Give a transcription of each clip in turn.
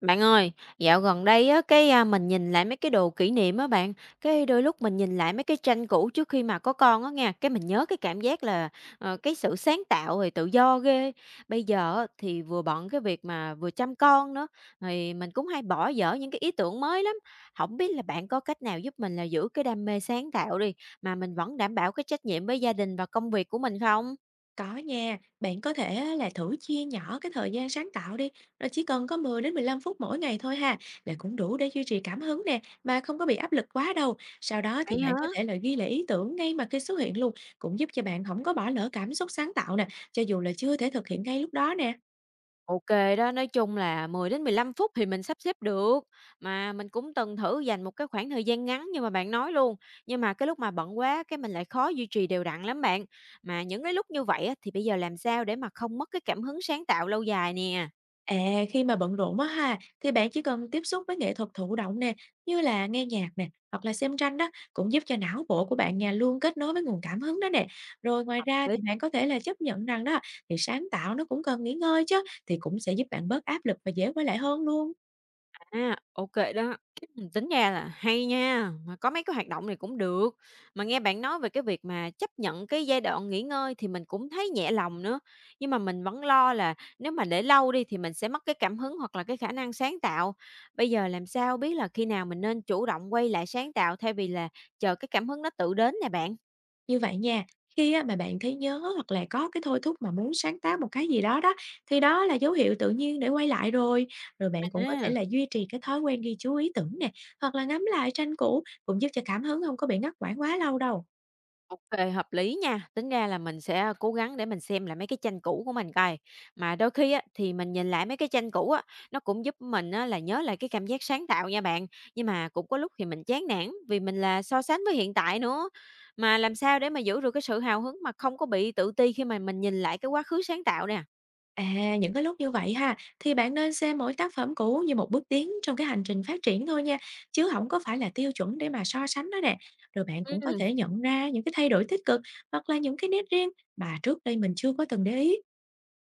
Bạn ơi, dạo gần đây á, cái, mình nhìn lại mấy cái đồ kỷ niệm á bạn, cái đôi lúc mình nhìn lại mấy cái tranh cũ trước khi mà có con á nghe, cái mình nhớ cái cảm giác là, cái sự sáng tạo rồi tự do ghê. Bây giờ á, thì vừa bận cái việc mà vừa chăm con nữa, thì mình cũng hay bỏ dở những cái ý tưởng mới lắm. Không biết là bạn có cách nào giúp mình là giữ cái đam mê sáng tạo đi, mà mình vẫn đảm bảo cái trách nhiệm với gia đình và công việc của mình không? Có nha, bạn có thể á là thử chia nhỏ cái thời gian sáng tạo đi, rồi chỉ cần có 10 đến 15 phút mỗi ngày thôi ha, là cũng đủ để duy trì cảm hứng nè, mà không có bị áp lực quá đâu. Sau đó thì Vậy hả? bạn có thể là ghi lại ý tưởng ngay mà khi xuất hiện luôn, cũng giúp cho bạn không có bỏ lỡ cảm xúc sáng tạo nè, cho dù là chưa thể thực hiện ngay lúc đó nè. OK đó, nói chung là 10 đến 15 phút thì mình sắp xếp được, mà mình cũng từng thử dành một cái khoảng thời gian ngắn như mà bạn nói luôn, nhưng mà cái lúc mà bận quá cái mình lại khó duy trì đều đặn lắm bạn. Mà những cái lúc như vậy á, thì bây giờ làm sao để mà không mất cái cảm hứng sáng tạo lâu dài nè? À, khi mà bận rộn á ha, thì bạn chỉ cần tiếp xúc với nghệ thuật thụ động nè, như là nghe nhạc nè, hoặc là xem tranh đó, cũng giúp cho não bộ của bạn nhà luôn kết nối với nguồn cảm hứng đó nè. Rồi ngoài ra Đấy. thì bạn có thể là chấp nhận rằng đó, thì sáng tạo nó cũng cần nghỉ ngơi chứ, thì cũng sẽ giúp bạn bớt áp lực và dễ quay lại hơn luôn. À, ô đó. Tính ra là hay nha, mà có mấy cái hoạt động này cũng được. Mà nghe bạn nói về cái việc mà chấp nhận cái giai đoạn nghỉ ngơi thì mình cũng thấy nhẹ lòng nữa. Nhưng mà mình vẫn lo là nếu mà để lâu đi thì mình sẽ mất cái cảm hứng hoặc là cái khả năng sáng tạo. Bây giờ làm sao biết là khi nào mình nên chủ động quay lại sáng tạo thay vì là chờ cái cảm hứng nó tự đến nè bạn. Như vậy nha, khi á mà bạn thấy nhớ hoặc là có cái thôi thúc mà muốn sáng tác một cái gì đó đó, thì đó là dấu hiệu tự nhiên để quay lại rồi. Rồi bạn cũng có thể là À. duy trì cái thói quen ghi chú ý tưởng nè, hoặc là ngắm lại tranh cũ cũng giúp cho cảm hứng không có bị ngắt quãng quá lâu đâu. OK, hợp lý nha. Tính ra là mình sẽ cố gắng để mình xem lại mấy cái tranh cũ của mình coi. Mà đôi khi á, thì mình nhìn lại mấy cái tranh cũ á, nó cũng giúp mình á là nhớ lại cái cảm giác sáng tạo nha bạn. Nhưng mà cũng có lúc thì mình chán nản vì mình là so sánh với hiện tại nữa. Mà làm sao để mà giữ được cái sự hào hứng mà không có bị tự ti khi mà mình nhìn lại cái quá khứ sáng tạo nè? À, những cái lúc như vậy ha, thì bạn nên xem mỗi tác phẩm cũ như một bước tiến trong cái hành trình phát triển thôi nha, chứ không có phải là tiêu chuẩn để mà so sánh đó nè. Rồi bạn cũng có Ừm. thể nhận ra những cái thay đổi tích cực, hoặc là những cái nét riêng mà trước đây mình chưa có từng để ý.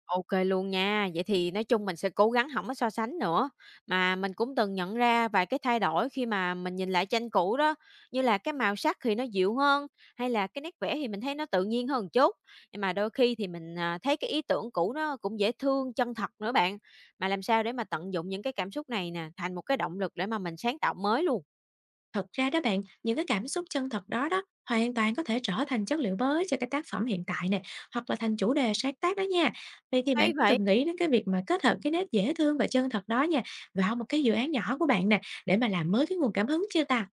OK luôn nha. Vậy thì nói chung mình sẽ cố gắng không có so sánh nữa. Mà mình cũng từng nhận ra vài cái thay đổi khi mà mình nhìn lại tranh cũ đó, như là cái màu sắc thì nó dịu hơn, hay là cái nét vẽ thì mình thấy nó tự nhiên hơn chút. Nhưng mà đôi khi thì mình, thấy cái ý tưởng cũ nó cũng dễ thương, chân thật nữa bạn. Mà làm sao để mà tận dụng những cái cảm xúc này nè, thành một cái động lực để mà mình sáng tạo mới luôn? Thật ra đó bạn, những cái cảm xúc chân thật đó đó hoàn toàn có thể trở thành chất liệu mới cho cái tác phẩm hiện tại nè, hoặc là thành chủ đề sáng tác đó nha. Vậy thì bạn Hay cũng vậy! từng nghĩ đến cái việc mà kết hợp cái nét dễ thương và chân thật đó nha, vào một cái dự án nhỏ của bạn nè, để mà làm mới cái nguồn cảm hứng chưa ta?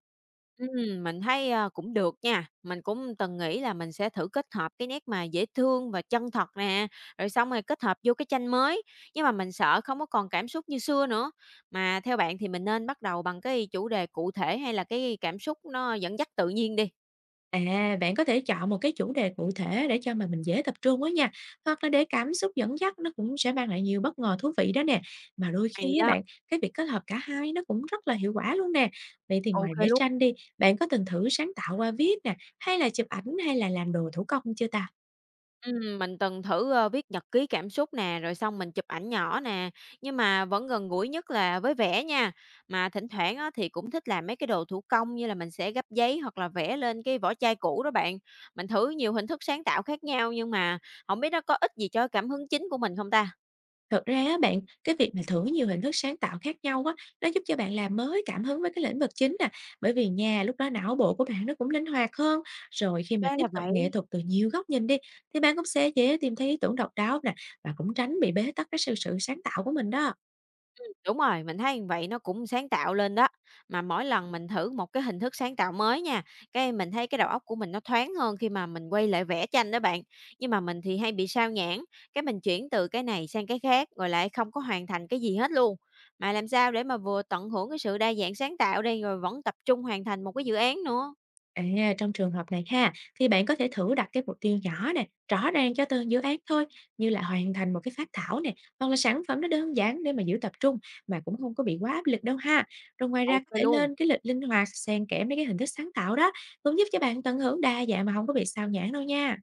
Mình thấy, cũng được nha. Mình cũng từng nghĩ là mình sẽ thử kết hợp cái nét mà dễ thương và chân thật nè, rồi xong rồi kết hợp vô cái tranh mới, nhưng mà mình sợ không có còn cảm xúc như xưa nữa. Mà theo bạn thì mình nên bắt đầu bằng cái chủ đề cụ thể hay là cái cảm xúc nó dẫn dắt tự nhiên đi? À, bạn có thể chọn một cái chủ đề cụ thể để cho mà mình dễ tập trung á nha. Hoặc là để cảm xúc dẫn dắt nó cũng sẽ mang lại nhiều bất ngờ thú vị đó nè. Mà đôi Hay khi á đó. bạn, cái việc kết hợp cả hai nó cũng rất là hiệu quả luôn nè. Vậy thì ngoài OK vẽ luôn. tranh đi, bạn có từng thử sáng tạo qua viết nè, hay là chụp ảnh, hay là làm đồ thủ công chưa ta? Mình từng thử, viết nhật ký cảm xúc nè, rồi xong mình chụp ảnh nhỏ nè, nhưng mà vẫn gần gũi nhất là với vẽ nha. Mà thỉnh thoảng á, thì cũng thích làm mấy cái đồ thủ công như là mình sẽ gấp giấy hoặc là vẽ lên cái vỏ chai cũ đó bạn. Mình thử nhiều hình thức sáng tạo khác nhau nhưng mà không biết nó có ích gì cho cảm hứng chính của mình không ta? Thực ra á bạn, cái việc mà thử nhiều hình thức sáng tạo khác nhau á, nó giúp cho bạn làm mới cảm hứng với cái lĩnh vực chính nè, bởi vì nhà lúc đó não bộ của bạn nó cũng linh hoạt hơn. Rồi khi mà Ra tiếp là cận nghệ vậy. thuật từ nhiều góc nhìn đi, thì bạn cũng sẽ dễ tìm thấy ý tưởng độc đáo nè, và cũng tránh bị bế tắc cái sự sự sáng tạo của mình đó. Đúng rồi, mình thấy vậy nó cũng sáng tạo lên đó. Mà mỗi lần mình thử một cái hình thức sáng tạo mới nha, cái mình thấy cái đầu óc của mình nó thoáng hơn khi mà mình quay lại vẽ tranh đó bạn. Nhưng mà mình thì hay bị sao nhãng, cái mình chuyển từ cái này sang cái khác rồi lại không có hoàn thành cái gì hết luôn. Mà làm sao để mà vừa tận hưởng cái sự đa dạng sáng tạo đây rồi vẫn tập trung hoàn thành một cái dự án nữa. À, trong trường hợp này ha, thì bạn có thể thử đặt cái mục tiêu nhỏ nè, rõ ràng cho từng dự án thôi, như là hoàn thành một cái phát thảo nè, hoặc là sản phẩm nó đơn giản để mà giữ tập trung, mà cũng không có bị quá áp lực đâu ha. Rồi ngoài ra OK có thể luôn. lên cái lịch linh hoạt xen kẽ mấy cái hình thức sáng tạo đó, cũng giúp cho bạn tận hưởng đa dạng mà không có bị sao nhãng đâu nha.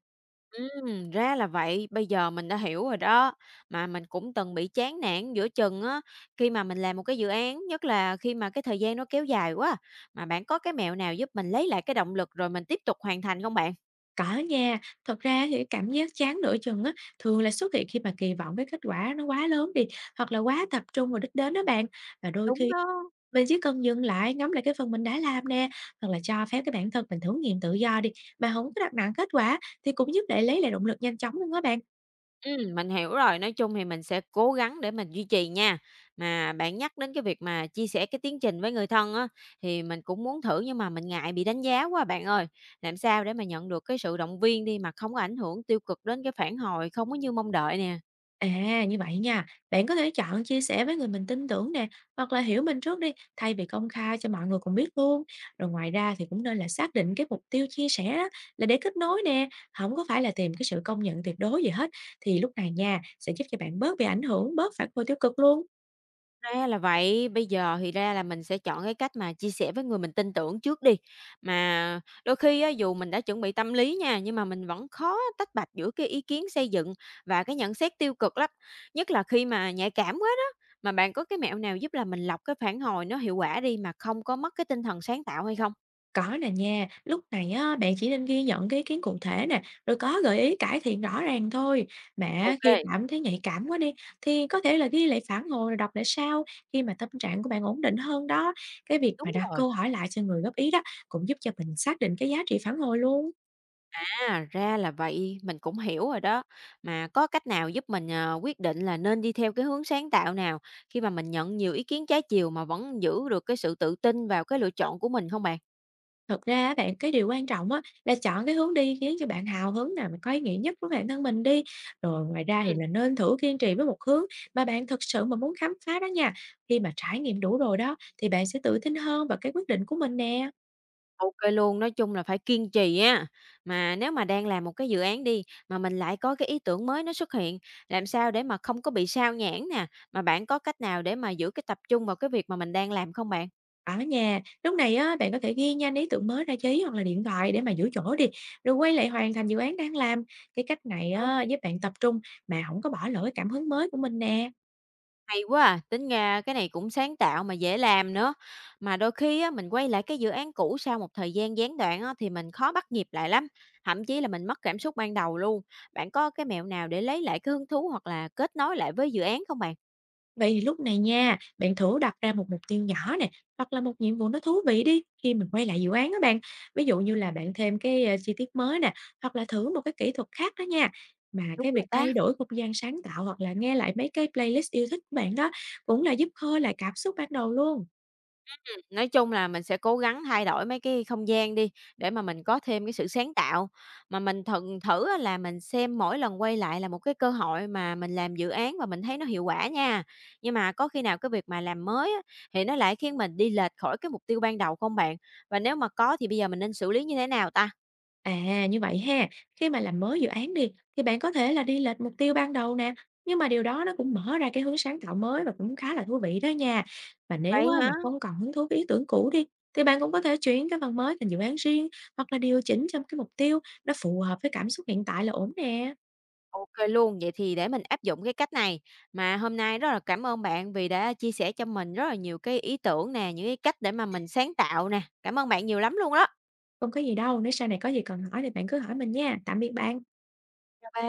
Ra là vậy, bây giờ mình đã hiểu rồi đó. Mà mình cũng từng bị chán nản giữa chừng á, khi mà mình làm một cái dự án, nhất là khi mà cái thời gian nó kéo dài quá. Mà bạn có cái mẹo nào giúp mình lấy lại cái động lực rồi mình tiếp tục hoàn thành không bạn? Có nha, thật ra thì cái cảm giác chán nửa chừng á, thường là xuất hiện khi mà kỳ vọng cái kết quả nó quá lớn đi, hoặc là quá tập trung vào đích đến đó bạn. Và đôi Đúng khi đó. mình chỉ cần dừng lại, ngắm lại cái phần mình đã làm nè, hoặc là cho phép cái bản thân mình thử nghiệm tự do đi, mà không có đặt nặng kết quả, thì cũng giúp để lấy lại động lực nhanh chóng luôn đó bạn. Mình hiểu rồi, nói chung thì mình sẽ cố gắng để mình duy trì nha. Mà bạn nhắc đến cái việc mà chia sẻ cái tiến trình với người thân á, thì mình cũng muốn thử nhưng mà mình ngại bị đánh giá quá bạn ơi. Làm sao để mà nhận được cái sự động viên đi mà không có ảnh hưởng tiêu cực đến cái phản hồi không có như mong đợi nè. À, như vậy nha, bạn có thể chọn chia sẻ với người mình tin tưởng nè, hoặc là hiểu mình trước đi, thay vì công khai cho mọi người cùng biết luôn. Rồi ngoài ra thì cũng nên là xác định cái mục tiêu chia sẻ á, là để kết nối nè, không có phải là tìm cái sự công nhận tuyệt đối gì hết, thì lúc này nha, sẽ giúp cho bạn bớt bị ảnh hưởng, bớt phản hồi tiêu cực luôn. Ra là vậy, bây giờ thì ra là mình sẽ chọn cái cách mà chia sẻ với người mình tin tưởng trước đi. Mà đôi khi á, dù mình đã chuẩn bị tâm lý nha, nhưng mà mình vẫn khó tách bạch giữa cái ý kiến xây dựng và cái nhận xét tiêu cực lắm, nhất là khi mà nhạy cảm quá đó. Mà bạn có cái mẹo nào giúp là mình lọc cái phản hồi nó hiệu quả đi mà không có mất cái tinh thần sáng tạo hay không? Có nè nha, lúc này á, bạn chỉ nên ghi nhận cái ý kiến cụ thể nè, rồi có gợi ý cải thiện rõ ràng thôi. Mà khi OK, cảm thấy nhạy cảm quá đi, thì có thể là ghi lại phản hồi rồi đọc lại sau, khi mà tâm trạng của bạn ổn định hơn đó. Cái việc mà đúng đặt rồi. câu hỏi lại cho người góp ý đó cũng giúp cho mình xác định cái giá trị phản hồi luôn. À, ra là vậy, mình cũng hiểu rồi đó. Mà có cách nào giúp mình, quyết định là nên đi theo cái hướng sáng tạo nào khi mà mình nhận nhiều ý kiến trái chiều mà vẫn giữ được cái sự tự tin vào cái lựa chọn của mình không bạn? Thật ra á bạn, cái điều quan trọng á là chọn cái hướng đi khiến cho bạn hào hứng nào mà có ý nghĩa nhất với bản thân mình đi. Rồi ngoài ra thì Ừm. là nên thử kiên trì với một hướng mà bạn thực sự mà muốn khám phá đó nha. Khi mà trải nghiệm đủ rồi đó, thì bạn sẽ tự tin hơn vào cái quyết định của mình nè. Ô luôn, nói chung là phải kiên trì á. Mà nếu mà đang làm một cái dự án đi, mà mình lại có cái ý tưởng mới nó xuất hiện, làm sao để mà không có bị sao nhãng nè, mà bạn có cách nào để mà giữ cái tập trung vào cái việc mà mình đang làm không bạn? Ở nhà, lúc này á bạn có thể ghi nhanh ý tưởng mới ra giấy hoặc là điện thoại để mà giữ chỗ đi, rồi quay lại hoàn thành dự án đang làm. Cái cách này á giúp bạn tập trung mà không có bỏ lỡ cái cảm hứng mới của mình nè. Hay quá à, tính ra cái này cũng sáng tạo mà dễ làm nữa. Mà đôi khi á, mình quay lại cái dự án cũ sau một thời gian gián đoạn á, thì mình khó bắt nhịp lại lắm, thậm chí là mình mất cảm xúc ban đầu luôn. Bạn có cái mẹo nào để lấy lại cái hứng thú hoặc là kết nối lại với dự án không bạn? Vậy thì lúc này nha, bạn thử đặt ra một mục tiêu nhỏ nè, hoặc là một nhiệm vụ nó thú vị đi khi mình quay lại dự án đó bạn. Ví dụ như là bạn thêm cái chi tiết mới nè, hoặc là thử một cái kỹ thuật khác đó nha. Mà Đúng cái rồi việc thay ta. đổi không gian sáng tạo hoặc là nghe lại mấy cái playlist yêu thích của bạn đó cũng là giúp khơi lại cảm xúc ban đầu luôn. Nói chung là mình sẽ cố gắng thay đổi mấy cái không gian đi, để mà mình có thêm cái sự sáng tạo. Mà mình thận thử á là mình xem mỗi lần quay lại là một cái cơ hội mà mình làm dự án và mình thấy nó hiệu quả nha. Nhưng mà có khi nào cái việc mà làm mới á, thì nó lại khiến mình đi lệch khỏi cái mục tiêu ban đầu không bạn? Và nếu mà có thì bây giờ mình nên xử lý như thế nào ta? À, như vậy ha, khi mà làm mới dự án đi, thì bạn có thể là đi lệch mục tiêu ban đầu nè, nhưng mà điều đó nó cũng mở ra cái hướng sáng tạo mới và cũng khá là thú vị đó nha. Và nếu Vậy á, hả? mà không còn hứng thú với ý tưởng cũ đi, thì bạn cũng có thể chuyển cái phần mới thành dự án riêng, hoặc là điều chỉnh trong cái mục tiêu nó phù hợp với cảm xúc hiện tại là ổn nè. OK luôn, vậy thì để mình áp dụng cái cách này. Mà hôm nay rất là cảm ơn bạn vì đã chia sẻ cho mình rất là nhiều cái ý tưởng nè, những cái cách để mà mình sáng tạo nè. Cảm ơn bạn nhiều lắm luôn đó. Không có gì đâu, nếu sau này có gì cần hỏi thì bạn cứ hỏi mình nha. Tạm biệt bạn. Chào bạn.